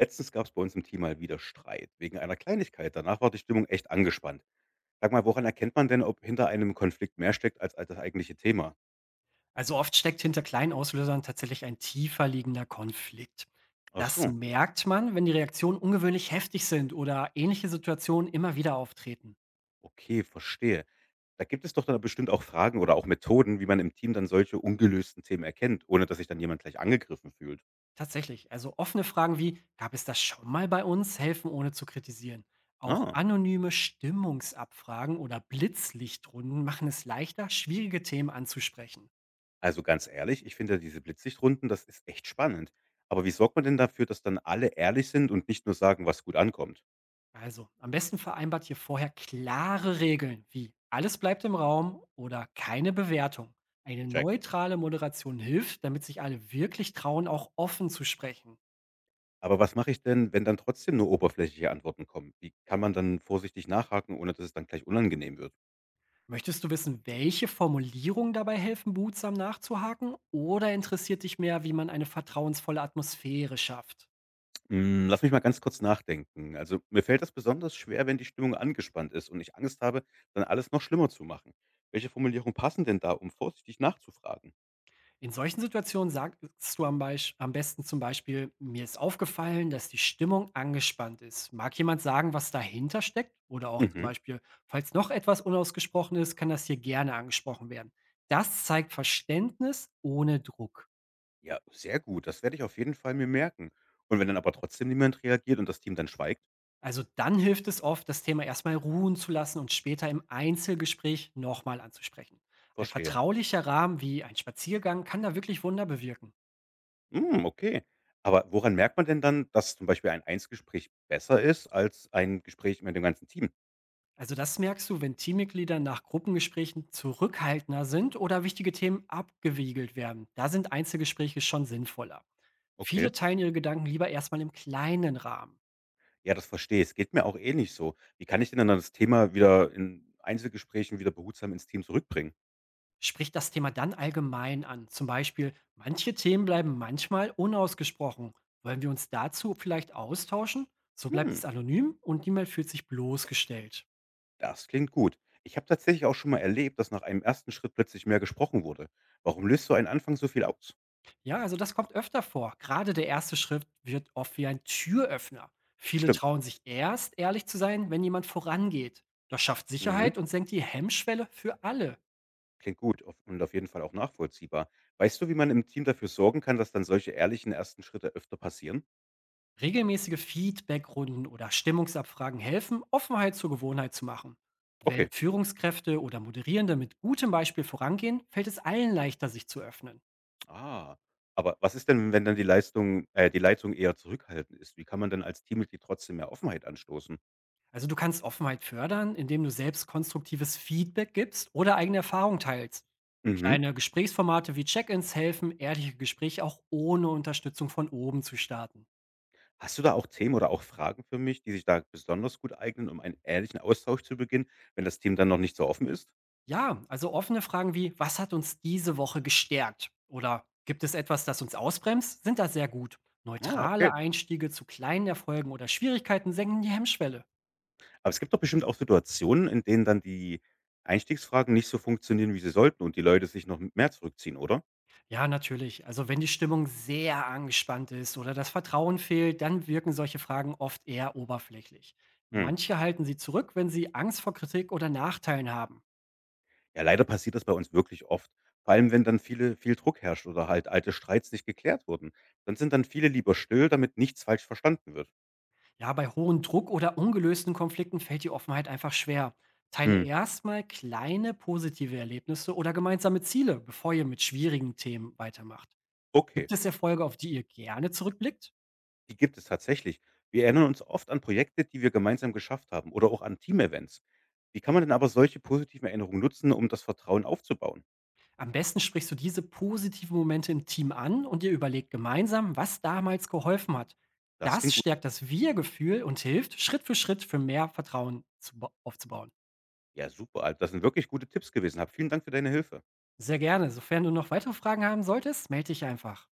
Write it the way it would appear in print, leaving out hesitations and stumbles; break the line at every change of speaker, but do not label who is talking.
Letztens gab es bei uns im Team mal wieder Streit wegen einer Kleinigkeit. Danach war die Stimmung echt angespannt. Sag mal, woran erkennt man denn, ob hinter einem Konflikt mehr steckt als das eigentliche Thema?
Also oft steckt hinter kleinen Auslösern tatsächlich ein tiefer liegender Konflikt.
Ach
Das
so,
merkt man, wenn die Reaktionen ungewöhnlich heftig sind oder ähnliche Situationen immer wieder auftreten.
okay, verstehe. Da gibt es doch dann bestimmt auch Fragen oder auch Methoden, wie man im Team dann solche ungelösten Themen erkennt, ohne dass sich dann jemand gleich angegriffen fühlt.
Tatsächlich, also offene Fragen wie, gab es das schon mal bei uns, helfen ohne zu kritisieren. Auch
Ah,
anonyme Stimmungsabfragen oder Blitzlichtrunden machen es leichter, schwierige Themen anzusprechen.
also ganz ehrlich, ich finde ja diese Blitzsichtrunden, das ist echt spannend. Aber wie sorgt man denn dafür, dass dann alle ehrlich sind und nicht nur sagen, was gut ankommt?
Also, am besten vereinbart ihr vorher klare Regeln wie alles bleibt im Raum oder keine Bewertung. Eine
Check.
neutrale Moderation hilft, damit sich alle wirklich trauen, auch offen zu sprechen.
Aber was mache ich denn, wenn dann trotzdem nur oberflächliche Antworten kommen? Wie kann man dann vorsichtig nachhaken, ohne dass es dann gleich unangenehm wird?
Möchtest du wissen, welche Formulierungen dabei helfen, behutsam nachzuhaken? Oder interessiert dich mehr, wie man eine vertrauensvolle Atmosphäre schafft?
Hm, lass mich mal ganz kurz nachdenken. Also, mir fällt das besonders schwer, wenn die Stimmung angespannt ist und ich Angst habe, dann alles noch schlimmer zu machen. Welche Formulierungen passen denn da, um vorsichtig nachzufragen?
In solchen Situationen sagst du am besten zum Beispiel, mir ist aufgefallen, dass die Stimmung angespannt ist. Mag jemand sagen, was dahinter steckt? Oder auch zum
Mhm.
Beispiel, falls noch etwas unausgesprochen ist, kann das hier gerne angesprochen werden. Das zeigt Verständnis ohne Druck.
Ja, sehr gut. Das werde ich auf jeden Fall mir merken. Und wenn dann aber trotzdem niemand reagiert und das Team dann schweigt,
Also dann hilft es oft, das Thema erstmal ruhen zu lassen und später im Einzelgespräch nochmal anzusprechen. Ein
verstehe.
vertraulicher Rahmen wie ein Spaziergang kann da wirklich Wunder bewirken.
Hm, okay. Aber woran merkt man denn dann, dass zum Beispiel ein Einsgespräch besser ist als ein Gespräch mit dem ganzen Team?
Also das merkst du, wenn Teammitglieder nach Gruppengesprächen zurückhaltender sind oder wichtige Themen abgewiegelt werden. Da sind Einzelgespräche schon sinnvoller.
Okay.
Viele teilen ihre Gedanken lieber erstmal im kleinen Rahmen.
Ja, das verstehe ich. Es geht mir auch ähnlich so. Wie kann ich denn dann das Thema wieder in Einzelgesprächen wieder behutsam ins Team zurückbringen?
Sprich das Thema dann allgemein an. Zum Beispiel, manche Themen bleiben manchmal unausgesprochen. Wollen wir uns dazu vielleicht austauschen? So bleibt
Hm,
es anonym und niemand fühlt sich bloßgestellt.
das klingt gut. Ich habe tatsächlich auch schon mal erlebt, dass nach einem ersten Schritt plötzlich mehr gesprochen wurde. Warum löst so ein Anfang so viel aus?
Ja, also das kommt öfter vor. Gerade der erste Schritt wird oft wie ein Türöffner. Viele
Stimmt.
trauen sich erst, ehrlich zu sein, wenn jemand vorangeht. Das schafft
Mhm.
Sicherheit und senkt die Hemmschwelle für alle.
Klingt gut und auf jeden Fall auch nachvollziehbar. Weißt du, wie man im Team dafür sorgen kann, dass dann solche ehrlichen ersten Schritte öfter passieren?
Regelmäßige Feedbackrunden oder Stimmungsabfragen helfen, Offenheit zur Gewohnheit zu machen. Wenn
Okay.
Führungskräfte oder Moderierende mit gutem Beispiel vorangehen, fällt es allen leichter, sich zu öffnen.
Ah. Aber was ist denn, wenn dann die Leitung eher zurückhaltend ist? Wie kann man denn als Teammitglied trotzdem mehr Offenheit anstoßen?
Also du kannst Offenheit fördern, indem du selbst konstruktives Feedback gibst oder eigene Erfahrungen teilst.
Mhm.
Kleine Gesprächsformate wie Check-ins helfen, ehrliche Gespräche auch ohne Unterstützung von oben zu starten.
Hast du da auch Themen oder auch Fragen für mich, die sich da besonders gut eignen, um einen ehrlichen Austausch zu beginnen, wenn das Team dann noch nicht so offen ist?
Ja, also offene Fragen wie, was hat uns diese Woche gestärkt? Oder gibt es etwas, das uns ausbremst? Sind da sehr gut.
Ah, okay.
Neutrale Einstiege zu kleinen Erfolgen oder Schwierigkeiten senken die Hemmschwelle.
Aber es gibt doch bestimmt auch Situationen, in denen dann die Einstiegsfragen nicht so funktionieren, wie sie sollten und die Leute sich noch mehr zurückziehen, oder?
Ja, natürlich. Also wenn die Stimmung sehr angespannt ist oder das Vertrauen fehlt, dann wirken solche Fragen oft eher oberflächlich.
Hm.
Manche halten sie zurück, wenn sie Angst vor Kritik oder Nachteilen haben.
Ja, leider passiert das bei uns wirklich oft. Vor allem, wenn dann viel Druck herrscht oder halt alte Streits nicht geklärt wurden. Dann sind dann viele lieber still, damit nichts falsch verstanden wird.
Ja, bei hohem Druck oder ungelösten Konflikten fällt die Offenheit einfach schwer. Teile
Hm.
erstmal kleine positive Erlebnisse oder gemeinsame Ziele, bevor ihr mit schwierigen Themen weitermacht.
Okay.
Gibt es Erfolge, auf die ihr gerne zurückblickt?
Die gibt es tatsächlich. Wir erinnern uns oft an Projekte, die wir gemeinsam geschafft haben oder auch an Teamevents. Wie kann man denn aber solche positiven Erinnerungen nutzen, um das Vertrauen aufzubauen?
Am besten sprichst du diese positiven Momente im Team an und ihr überlegt gemeinsam, was damals geholfen hat.
Das klingt
Das
gut.
stärkt das Wir-Gefühl und hilft, Schritt für mehr Vertrauen aufzubauen.
Ja, super. Also, das sind wirklich gute Tipps gewesen. Hab vielen Dank für deine Hilfe.
Sehr gerne. Sofern du noch weitere Fragen haben solltest, melde dich einfach.